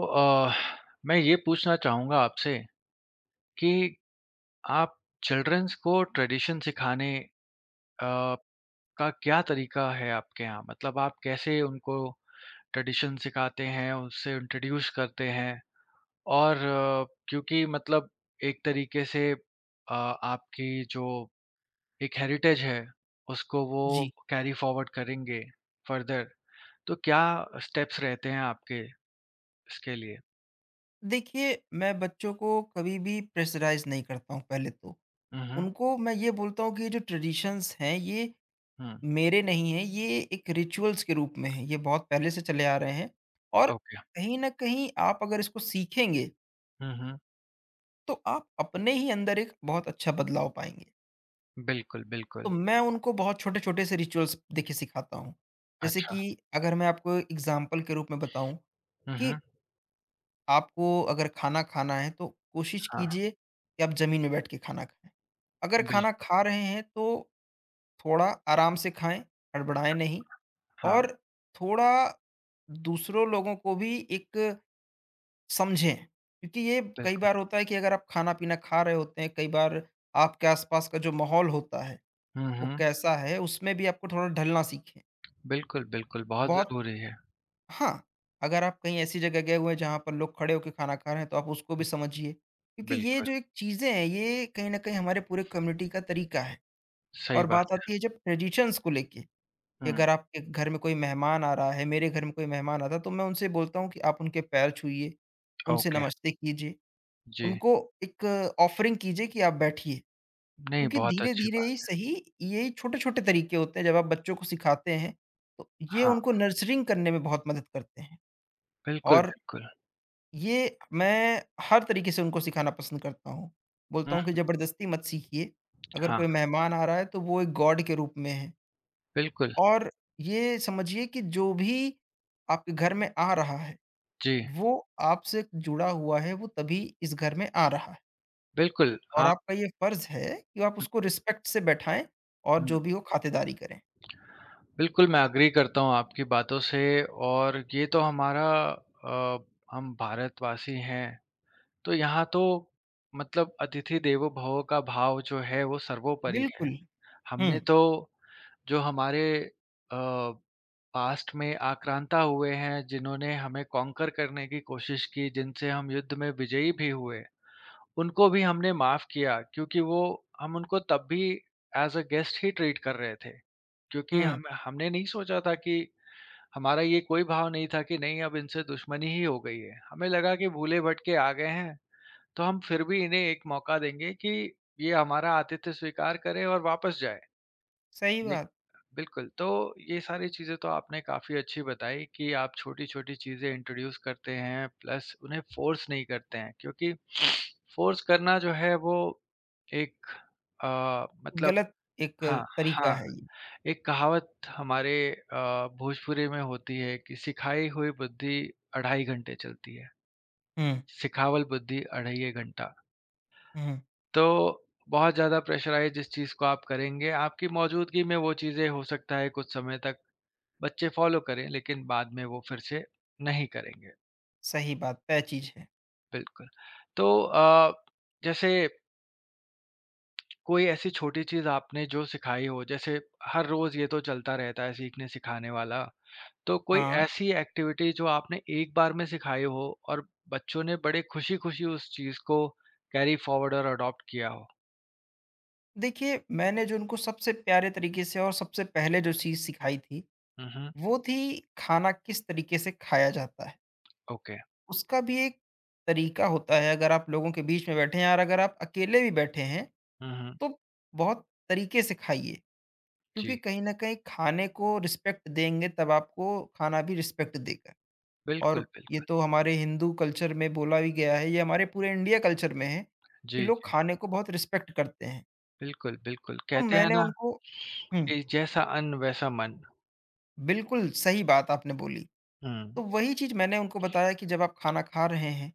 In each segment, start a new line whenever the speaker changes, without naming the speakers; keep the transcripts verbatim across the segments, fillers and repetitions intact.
तो, अ, मैं ये पूछना चाहूँगा आपसे कि आप चिल्ड्रंस को ट्रेडिशन सिखाने अ, का क्या तरीका है आपके यहाँ? मतलब आप कैसे उनको ट्रेडिशन सिखाते हैं, उसे इंट्रोड्यूस करते हैं? और अ, क्योंकि मतलब एक तरीके से अ, आपकी जो एक हेरिटेज है, उसको वो
जी,
कैरी फॉरवर्ड करेंगे फर्दर, तो क्या स्टेप्स रहते हैं आपके इसके लिए?
देखिए मैं बच्चों को कभी भी प्रेशराइज नहीं करता हूँ पहले तो
हुँ, हुँ।
उनको मैं ये बोलता हूँ कि ये जो ट्रेडिशंस हैं ये
हुँ,
मेरे नहीं हैं ये एक रिचुअल्स के रूप में है ये बहुत पहले से चले आ रहे हैं और
ओके।
कहीं ना कहीं आप अगर इसको सीखेंगे
हुँ, हुँ।
तो आप अपने ही अंदर एक बहुत अच्छा बदलाव पाएंगे।
बिल्कुल,
तो
बिल्कुल।
मैं उनको बहुत छोटे छोटे से रिचुअल्स देखिए सिखाता हूँ जैसे कि
अच्छा।
अगर मैं आपको एग्जाम्पल के रूप में बताऊँ
हुँ, हुँ।
आपको अगर खाना खाना है तो कोशिश
हाँ,
कीजिए कि आप ज़मीन में बैठ के खाना खाएँ। अगर
बिल
खाना खा रहे हैं तो थोड़ा आराम से खाएँ, हड़बड़ाएँ नहीं
हाँ,
और थोड़ा दूसरों लोगों को भी एक समझें। क्योंकि ये कई
बिल्कुल।
बार होता है कि अगर आप खाना-पीना खा रहे होते हैं, कई बार आपके आस-पास का जो माहौल होता है,
हुँ,
वो
हुँ।
कैसा है उसमें भी आपको थोड़ा ढलना सीखें।
बिल्कुल, बिल्कुल, बहुत
बहुत
ज़रूरी है।
हाँ, अगर आप कहीं ऐसी जगह गए हुए हैं जहाँ पर लोग खड़े होके खाना खा रहे हैं तो आप उसको भी समझिए। क्योंकि ये
बिल्कुल,
जो एक चीज़ें हैं ये कहीं न कहीं हमारे पूरे कम्युनिटी का तरीका है।
सही
और
बात
बात आती है
है।
जब ट्रेडिशंस को लेके कि
हुँ,
अगर आपके घर में कोई मेहमान आ रहा है, मेरे घर में कोई मेहमान आता है तो मैं उनसे बोलता हूँ कि आप उनके पैर छूइए, उनसे
ओके,
नमस्ते कीजिए,
जी।
उनको एक ऑफरिंग कीजिए कि आप बैठिए।
नहीं,
क्योंकि
बहुत अच्छी
धीरे-धीरे ही
बात।
सही ये छोटे-छोटे तरीके होते हैं जब आप बच्चों को सिखाते हैं, तो ये
हाँ,
उनको नर्सरिंग करने में बहुत मदद करते हैं।
बिल्कुल,
और
बिल्कुल।
ये मैं हर तरीके से उनको सिखाना पसंद करता हूँ। बोलता
हुँ,
हूँ कि ज़बरदस्ती मत सीखिए, अगर
हाँ,
कोई मेहमान आ रहा है तो वो एक गॉड के रूप में है।
बिल्कुल।
और ये समझिए कि जो भी आपके घर में आ रहा है,
जी,
वो आपसे जुड़ा हुआ है, वो तभी इस घर में आ रहा है।
बिल्कुल,
और
आप
आपका ये फ़र्ज़ है कि आप
हुँ,
उसको रिस्पेक्ट से बैठाएँ और जो
हुँ।
भी हो खातिरदारी करें।
बिल्कुल, मैं एग्री करता हूँ आपकी बातों से और ये तो हमारा अ, हम भारतवासी हैं, तो यहाँ तो मतलब अतिथि देवो भव का भाव जो है, वो सर्वोपरि है।
बिल्कुल, हुँ,
हमने तो जो हमारे अ, पास्ट में आक्रांता हुए हैं, जिन्होंने हमें कॉन्कर करने की कोशिश की, जिनसे हम युद्ध में विजयी भी हुए, उनको भी हमने माफ़ किया क्योंकि वो हम उनको तब भी एज़ अ गेस्ट ही ट्रीट कर रहे थे। क्योंकि
हुँ,
हम हमने नहीं सोचा था कि हमारा ये कोई भाव नहीं था कि नहीं अब इनसे दुश्मनी ही हो गई है। हमें लगा कि भूले-भटके आ गए हैं, तो हम फिर भी इन्हें एक मौका देंगे कि ये हमारा आतिथ्य स्वीकार करें और वापस जाएँ।
सही बात।
बिल्कुल, तो ये सारी चीज़ें तो आपने काफ़ी अच्छी बताई कि आप छोटी-छोटी चीज़ें इंट्रोड्यूस करते हैं प्लस उन्हें फ़ोर्स नहीं करते हैं क्योंकि फ़ोर्स करना जो है वो एक अ, मतलब
गलत एक
हाँ,
तरीका
हाँ,
है ये।
एक कहावत हमारे अ, भोजपुरी में होती है कि सिखाई हुई बुद्धि अढ़ाई घंटे चलती है,
हुँ,
सिखावल बुद्धि अढ़ाइये घंटा।
हुँ,
तो बहुत ज़्यादा प्रेशराइज़ जिस चीज़ को आप करेंगे, आपकी मौजूदगी में वो चीज़ें हो सकता है कुछ समय तक बच्चे फ़ॉलो करें लेकिन बाद में वो फिर से नहीं करेंगे।
सही बात, तय चीज़ है।
बिल्कुल। तो अ, जैसे कोई ऐसी छोटी चीज़ आपने जो सिखाई हो जैसे हर रोज़ ये तो चलता रहता है सीखने-सिखाने वाला, तो कोई
हाँ।
ऐसी एक्टिविटी जो आपने एक बार में सिखाई हो और बच्चों ने बड़े खुशी-खुशी उस चीज़ को कैरी फॉरवर्ड और अडॉप्ट किया हो?
देखिए, मैंने जो उनको सबसे प्यारे तरीके से और सबसे पहले जो चीज़ सिखाई थी,
हुँ, हुँ।
वो थी खाना किस तरीके से खाया जाता है।
ओके।
उसका भी एक तरीका होता है, अगर आप लोगों के बीच में बैठे हैं और अगर आप अकेले भी बैठे हैं,
हुँ, हुँ।
तो बहुत तरीके से खाइए, क्योंकि
जी।
कहीं न कहीं खाने को रिस्पेक्ट देंगे तब आपको खाना भी रिस्पेक्ट देगा।
बिल्कुल,
और ये
बिल्कुल।
तो हमारे हिंदू कल्चर में बोला भी गया है, ये हमारे पूरे इंडिया कल्चर में है, कि
जी,
लोग
जी।
खाने को बहुत रिस्पेक्ट करते हैं।
बिल्कुल, बिल्कुल।
तो
कहते हैं
मैंने
ना
उनको हुँ।
कि जैसा अन्न वैसा मन।
बिल्कुल, सही बात आपने बोली।
हुँ,
तो वही चीज़ मैंने उनको बताया कि जब आप खाना खा रहे हैं,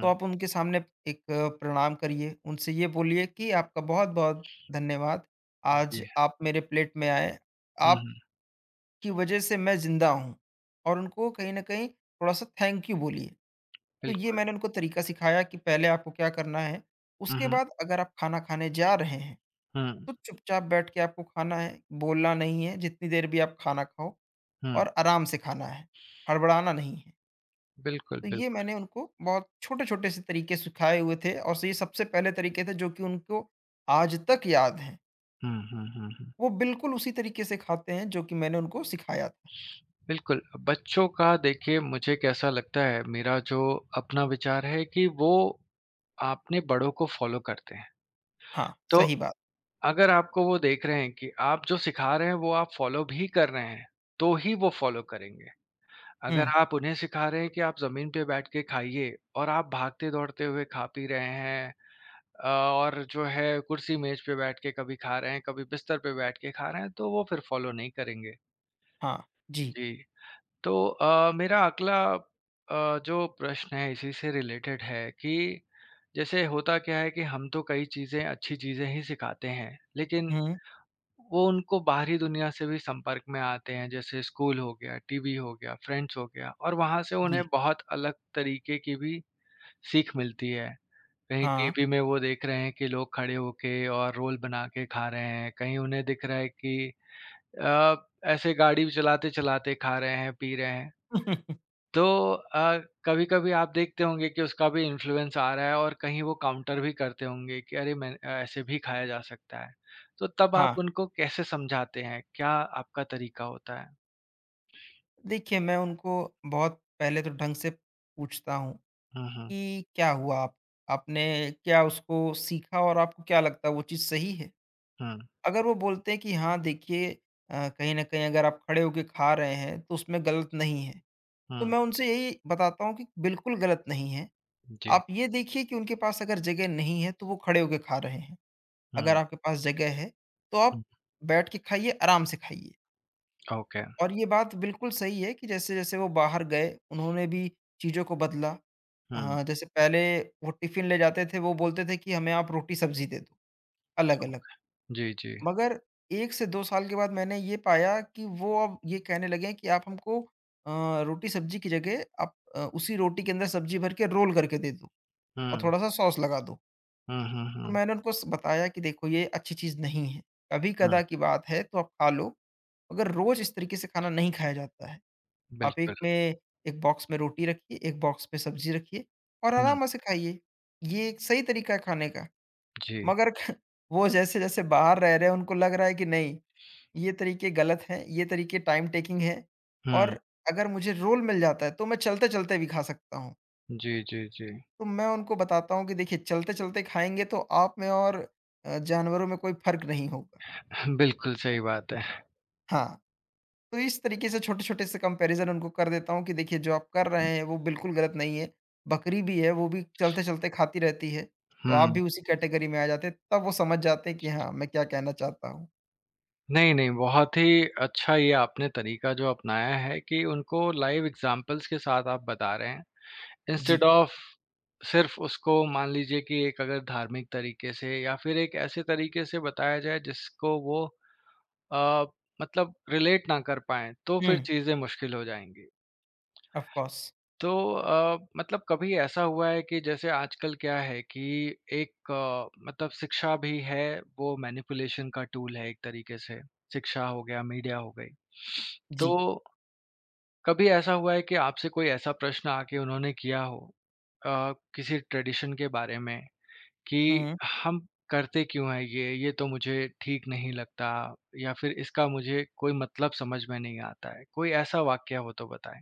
तो आप उनके सामने एक अ, प्रणाम करिए, उनसे ये बोलिए कि आपका बहुत-बहुत धन्यवाद, आज
जी।
आप मेरे प्लेट में आए,
हुँ, हुँ,
आपकी वजह से मैं ज़िंदा हूँ। और उनको कहीं न कहीं थोड़ा-सा थैंक यू बोलिए। तो ये
बिल्कुल।
मैंने उनको तरीका सिखाया कि पहले आपको क्या करना है,
हुँ,
उसके
हुँ,
बाद अगर आप खाना खाने जा रहे हैं,
हुँ,
तो चुपचाप बैठ के आपको खाना है, बोलना नहीं है, जितनी देर भी आप खाना खाओ।
हुँ,
और आराम से खाना है, हड़बड़ाना नहीं है।
बिल्कुल,
तो ये
बिल्कुल।
मैंने उनको बहुत छोटे-छोटे से तरीके सिखाए हुए थे और ये सबसे पहले तरीके थे जो कि उनको आज तक याद हैं।
हुँ, हुँ, हुँ, हुँ,
वो बिल्कुल उसी तरीके से खाते हैं जो कि मैंने उनको सिखाया था।
बिल्कुल, बच्चों का देखिए मुझे कैसा लगता है मेरा जो अपना विचार है कि वो अपने बड़ों को फ़ॉलो करते हैं।
हाँ,
तो
सही बात।
अगर आपको वो देख रहे हैं कि आप जो सिखा रहे हैं वो आप फ़ॉलो भी कर रहे हैं, तो ही वो फ़ॉलो करेंगे। अगर
हुँ,
आप उन्हें सिखा रहे हैं कि आप ज़मीन पे बैठ के खाइए और आप भागते-दौड़ते हुए खा-पी रहे हैं अ, और जो है कुर्सी मेज पे बैठ के कभी खा रहे हैं, कभी बिस्तर पे बैठ के खा रहे हैं, तो वो फिर फ़ॉलो नहीं करेंगे।
हाँ, जी।
जी, तो अ, मेरा अगला अ, जो प्रश्न है इसी से रिलेटेड है कि जैसे होता क्या है कि हम तो कई चीज़ें, अच्छी चीज़ें ही सिखाते हैं, लेकिन
हुँ,
वो उनको बाहरी दुनिया से भी संपर्क में आते हैं, जैसे स्कूल हो गया, टीवी हो गया, फ्रेंड्स हो गया और वहाँ से उन्हें
जी,
बहुत अलग तरीके की भी सीख मिलती है। कहीं
हाँ।
टीवी में वो देख रहे हैं कि लोग खड़े होके और रोल बना के खा रहे हैं, कहीं उन्हें दिख रहा है कि अ, ऐसे गाड़ी चलाते-चलाते खा रहे हैं, पी रहे हैं। तो अ, कभी-कभी आप देखते होंगे कि उसका भी इन्फ्लुएंस आ रहा है और कहीं वो काउंटर भी करते होंगे कि अरे मैं ऐसे भी खाया जा सकता है। तो तब
हाँ,
आप उनको कैसे समझाते हैं? क्या आपका तरीका होता है?
देखिए मैं उनको बहुत पहले तो ढंग से पूछता हूँ
हुँ, हुँ,
कि क्या हुआ आप आपने क्या उसको सीखा और आपको क्या लगता है वो चीज़ सही है?
हुँ,
अगर वो बोलते हैं कि हाँ देखिए अ, कहीं न कहीं अगर आप खड़े होके खा रहे हैं, तो उसमें गलत नहीं है। तो
हुँ,
मैं उनसे यही बताता हूँ कि बिल्कुल गलत नहीं है।
जी,
आप ये देखिए कि उनके पास अगर जगह नहीं है, तो वो खड़े होके खा रहे हैं। अगर
हुँ,
आपके पास जगह है, तो आप
हुँ,
बैठ के खाइए, आराम से खाइए।
ओके,
और ये बात बिल्कुल सही है कि जैसे-जैसे वो बाहर गए, उन्होंने भी चीज़ों को बदला।
हुँ,
हाँ, जैसे पहले वो टिफ़िन ले जाते थे, वो बोलते थे कि हमें आप रोटी-सब्ज़ी दे दो, अलग-अलग।
जी, जी,
मगर एक से दो साल के बाद मैंने ये पाया कि वो अब ये कहने लगे हैं कि आप हमको अ, रोटी सब्जी की जगह आप अ, उसी रोटी के अंदर सब्जी भर के रोल करके दे दो और
हुँ,
थोड़ा-सा सॉस लगा दो।
हुँ, हुँ,
तो
हुँ,
मैंने उनको स बताया कि देखो ये अच्छी चीज़ नहीं है। कभी-कदा
हुँ,
की बात है तो आप खा लो, मगर रोज़ इस तरीके से खाना नहीं खाया जाता है। आप
बिल्कुल,
एक में एक बॉक्स में रोटी रखिए, एक बॉक्स में सब्जी रखिए और
हुँ।
आराम से खाइए। ये एक सही तरीका है खाने का।
जी।
मगर ख वो जैसे-जैसे बाहर रह रहे हैं उनको लग रहा है कि नहीं ये तरीके गलत हैं, ये तरीके टाइम टेकिंग हैं और
हुँ।
अगर मुझे रोल मिल जाता है, तो मैं चलते-चलते भी खा सकता हूँ।
जी, जी, जी।
तो मैं उनको बताता हूँ कि देखिए चलते-चलते खाएँगे तो आप में और अ, जानवरों में कोई फ़र्क नहीं होगा।
बिल्कुल सही बात है।
हाँ, तो इस तरीके से छोटे-छोटे से कंपैरिज़न उनको कर देता हूँ कि देखिए जो आप कर रहे हैं, वो बिल्कुल गलत नहीं है। बकरी भी है, वो भी चलते-चलते खाती रहती है, तो आप भी
हुँ।
उसी कैटेगरी में आ जाते हैं, तब वो समझ जाते हैं कि हाँ, मैं क्या कहना चाहता हूँ।
नहीं, नहीं, बहुत ही अच्छा ये आपने तरीका जो अपनाया है कि उनको लाइव एग्ज़ाम्पल्स के साथ आप बता रहे हैं।
जी।
इंस्टेड ऑफ़ सिर्फ़ उसको मान लीजिए कि एक अगर धार्मिक तरीके से या फिर एक ऐसे तरीके से बताया जाए जिसको वो अ, मतलब रिलेट ना कर पाएँ, तो
हुँ,
फिर चीज़ें मुश्किल हो जाएँगी।
Of course.
तो अ, मतलब कभी ऐसा हुआ है कि जैसे आजकल क्या है कि एक अ, मतलब शिक्षा भी है वो मैनिपुलेशन का टूल है एक तरीके से शिक्षा हो गया मीडिया हो गई तो
जी।
कभी ऐसा हुआ है कि आपसे कोई ऐसा प्रश्न आके उन्होंने किया हो अ, किसी ट्रेडिशन के बारे में कि
हुँ।
हम करते क्यों हैं ये ये तो मुझे ठीक नहीं लगता या फिर इसका मुझे कोई मतलब समझ में नहीं आता है कोई ऐसा वाक्य हो तो बताएं।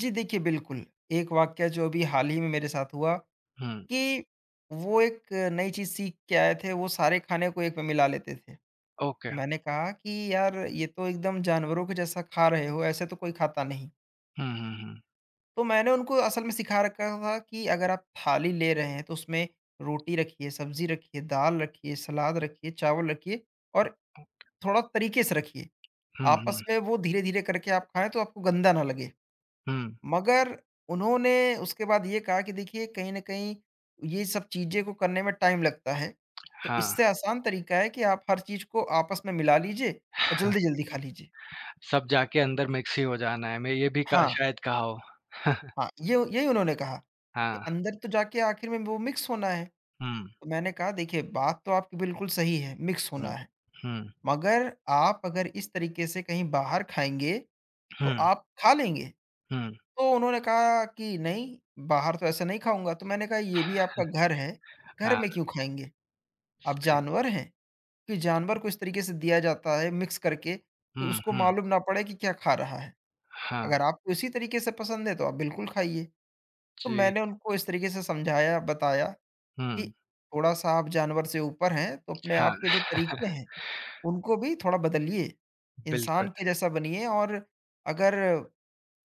जी, देखिए बिल्कुल, एक वाक़या जो अभी हाल ही में मेरे साथ हुआ
हम्म।
कि वो एक नई चीज़ सीख के आए थे, वो सारे खाने को एक में मिला लेते थे।
ओके।
तो मैंने कहा कि यार ये तो एकदम जानवरों के जैसा खा रहे हो, ऐसे तो कोई खाता नहीं।
हम्म, हम्म, हम्म।
तो मैंने उनको असल में सिखा रखा था कि अगर आप थाली ले रहे हैं तो उसमें रोटी रखिए, सब्ज़ी रखिए, दाल रखिए, सलाद रखिए, चावल रखिए और थोड़ा तरीके से रखिए।
हुँ,
आपस
हुँ,
में वो धीरे-धीरे करके आप खाएँ तो आपको गंदा ना लगे।
हुँ,
मगर उन्होंने उसके बाद ये कहा कि देखिए कहीं न कहीं ये सब चीज़ें को करने में टाइम लगता है, तो
हाँ।
इससे आसान तरीका है कि आप हर चीज़ को आपस में मिला लीजिए और जल्दी-जल्दी खा लीजिए।
सब जाके अंदर मिक्स ही हो जाना है, मैं ये भी क
हाँ,
शायद कहा हो।
हाँ, ये यही उन्होंने कहा कि
हाँ,
अंदर तो जाके आखिर में वो मिक्स होना है।
हुँ,
तो मैंने कहा देखिए बात तो आपकी बिल्कुल सही है, मिक्स होना
हुँ,
है,
हुँ,
मगर आप अगर इस तरीके से कहीं बाहर खाएँगे, तो
हुँ,
आप खा लेंगे।
हुँ,
तो उन्होंने कहा कि नहीं, बाहर तो ऐसे नहीं खाऊँगा, तो मैंने कहा ये भी आपका घर है, घर
हाँ,
में क्यों खाएँगे? आप
सही।
जानवर हैं, कि जानवर को इस तरीके से दिया जाता है मिक्स करके कि
हुँ,
उसको
हुँ,
मालूम ना पड़े कि क्या खा रहा है।
हाँ,
अगर आपको इसी तरीके से पसंद है तो आप बिल्कुल खाइए। तो
जी,
मैंने उनको इस तरीके से समझाया, बताया कि
हुँ,
थोड़ा-सा आप जानवर से ऊपर हैं, तो अपने
हाँ,
आप के जो तरीके हैं, उनको भी थोड़ा बदलिए।
बिल्कुल।
इंसान के जैसा बनिए और अगर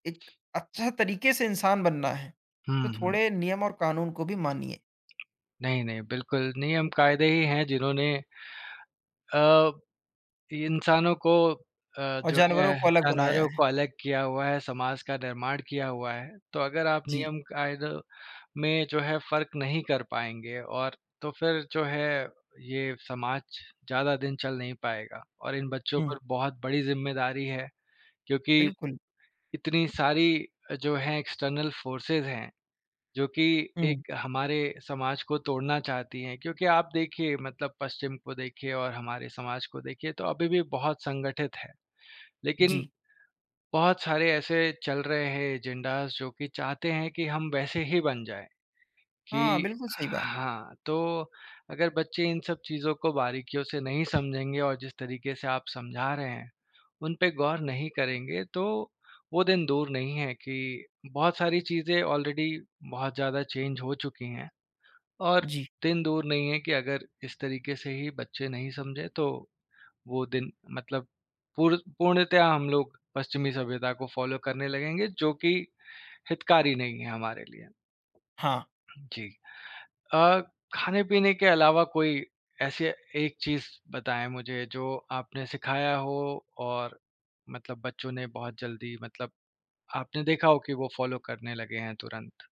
एक अच्छा तरीके से इंसान बनना है, तो
हुँ, हुँ,
थोड़े नियम और कानून को भी मानिए
नहीं, नहीं, बिल्कुल नियम कायदे ही हैं जिन्होंने अ, इंसानों को अ,
और
जो है
जानवरों को अलग बनाया
जानवरों
है।
को अलग किया हुआ है, समाज का निर्माण किया हुआ है। तो अगर आप
जी।
नियम कायदों में जो है फ़र्क नहीं कर पाएँगे और तो फिर जो है ये समाज ज़्यादा दिन चल नहीं पाएगा और इन बच्चों
हुँ,
पर बहुत बड़ी ज़िम्मेदारी है क्योंकि
बिल्कुल।
इतनी सारी जो है एक्सटर्नल फ़ोर्सेस हैं, जो कि
हुँ,
एक हमारे समाज को तोड़ना चाहती हैं। क्योंकि आप देखिए मतलब पश्चिम को देखिए और हमारे समाज को देखिए तो अभी भी बहुत संगठित है। लेकिन
जी।
बहुत सारे ऐसे चल रहे हैं एजेंडाज़ जो कि चाहते हैं कि हम वैसे ही बन जाएँ।
हाँ,
कि
बिल्कुल सही बात।
हाँ, तो अगर बच्चे इन सब चीज़ों को बारीकियों से नहीं समझेंगे और जिस तरीके से आप समझा रहे हैं, उन पे गौर नहीं करेंगे, तो वो दिन दूर नहीं है कि बहुत सारी चीज़ें ऑलरेडी बहुत ज़्यादा चेंज हो चुकी हैं और
जी,
दिन दूर नहीं है कि अगर इस तरीके से ही बच्चे नहीं समझे, तो वो दिन मतलब पूर पूर्णतया हम लोग पश्चिमी सभ्यता को फ़ॉलो करने लगेंगे, जो कि हितकारी नहीं है हमारे लिए।
हाँ।
जी। अ, खाने-पीने के अलावा कोई ऐसी एक चीज़ बताएँ मुझे जो आपने सिखाया हो और मतलब बच्चों ने बहुत जल्दी मतलब आपने देखा हो कि वो फ़ॉलो करने लगे हैं तुरंत?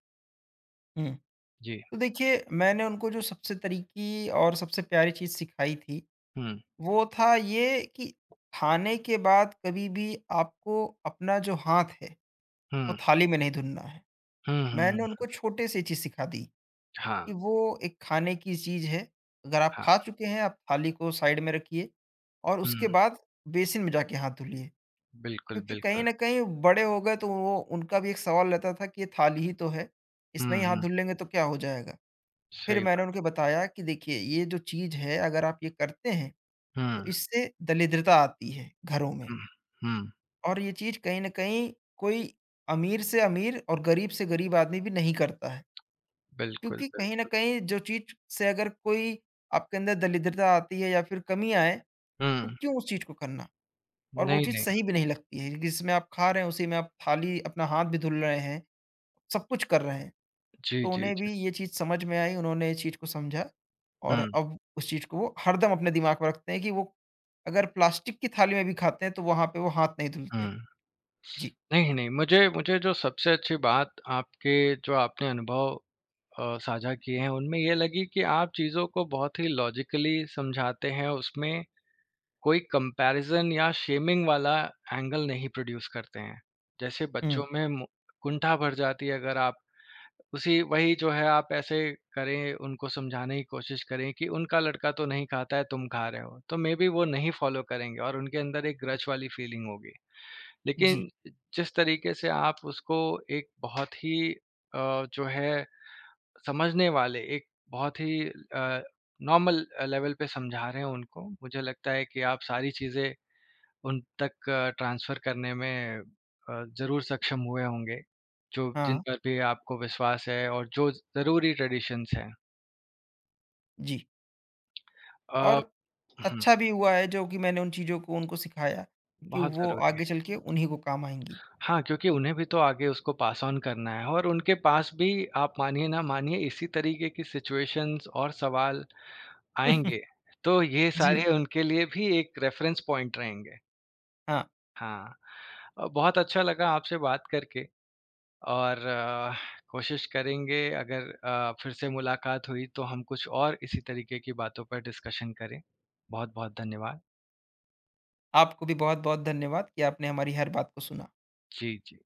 हुँ,
जी।
तो देखिए मैंने उनको जो सबसे तरीकी और सबसे प्यारी चीज़ सिखाई थी,
हुँ,
वो था ये कि खाने के बाद कभी भी आपको अपना जो हाथ है,
हुँ,
वो थाली में नहीं धुलना है।
हुँ, हुँ।
मैंने उनको छोटे से ये चीज़ सिखा दी।
हाँ,
कि वो एक खाने की चीज़ है, अगर आप
हाँ।
खा चुके हैं, आप थाली को साइड में रखिए और
हुँ,
उसके बाद बेसिन में जाके हाथ धुलिए।
बिल्कुल,
क्योंकि कहीं
बिल्कुल।
न कहीं बड़े हो गए तो वो उनका भी एक सवाल रहता था कि ये थाली ही तो है, इसमें
हुँ,
ही हाथ
हुँ,
धुल लेंगे तो क्या हो जाएगा? फिर
सही
मैंने
बात।
उनको बताया कि देखिए ये जो चीज़ है अगर आप ये करते हैं, तो
हुँ,
इससे दरिद्रता आती है घरों में
हुँ, हुँ,
और ये चीज़ कहीं न कहीं कोई अमीर से अमीर और गरीब से गरीब आदमी भी नहीं करता है।
बिल्कुल,
क्योंकि कहीं न
बिल्कुल।
कहीं जो चीज़ से अगर कोई आपके अंदर दरिद्रता आती है या फिर कमी आए, तो
हुँ,
क्यों उस चीज़ को करना? और वो
नहीं,
चीज़
नहीं।
सही भी नहीं लगती है, जिसमें आप खा रहे हैं उसी में आप थाली अपना हाथ भी धुल रहे हैं, सब कुछ कर रहे हैं।
जी,
तो
जी,
उन्हें
जी।
भी ये चीज़ समझ में आई, उन्होंने इस चीज़ को समझा और
हुँ,
अब उस चीज़ को वो हरदम अपने दिमाग में रखते हैं कि वो अगर प्लास्टिक की थाली में भी खाते हैं, तो वहाँ पे वो हाथ नहीं
हुँ।
धुलते। जी।
नहीं, नहीं, मुझे मुझे जो सबसे अच्छी बात आपके जो आपने अनुभव अ, साझा किए हैं, उनमें ये लगी कि आप चीज़ों को बहुत ही लॉजिकली समझाते हैं, उसमें कोई कंपैरिज़न या शेमिंग वाला एंगल नहीं प्रोड्यूस करते हैं। जैसे बच्चों
हुँ।
में मु कुंठा भर जाती है अगर आप उसी वही जो है आप ऐसे करें, उनको समझाने की कोशिश करें कि उनका लड़का तो नहीं खाता है, तुम खा रहे हो। तो मेबी वो नहीं फ़ॉलो करेंगे और उनके अंदर एक ग्रच वाली फीलिंग होगी।
जी।
लेकिन जिस तरीके से आप उसको एक बहुत ही अ, जो है समझने वाले एक बहुत ही अ, नॉर्मल अ, लेवल पे समझा रहे हैं उनको। मुझे लगता है कि आप सारी चीज़ें उन तक ट्रांसफ़र करने में अ, ज़रूर सक्षम हुए होंगे, जो जिन
हाँ।
पर भी आपको विश्वास है और जो ज़रूरी ट्रेडिशंस हैं।
जी। और
अ, हुँ,
अच्छा भी हुआ है जो कि मैंने उन चीज़ों को उनको सिखाया कि
बहुत
वो
ज़रूरी
आगे
है।
चल के उन्हीं को काम आएँगी।
हाँ, क्योंकि उन्हें भी तो आगे उसको पास ऑन करना है और उनके पास भी आप मानिए ना मानिए इसी तरीके की सिचुएशंस और सवाल आएँगे, तो ये
जी।
सारे उनके लिए भी एक रेफ़रेंस पॉइंट रहेंगे।
हाँ,
हाँ, अ, बहुत अच्छा लगा आपसे बात करके और अ, कोशिश करेंगे अगर अ, फिर से मुलाकात हुई तो हम कुछ और इसी तरीके की बातों पर डिस्कशन करें। बहुत-बहुत धन्यवाद।
आपको भी बहुत-बहुत धन्यवाद कि आपने हमारी हर बात को सुना।
जी, जी।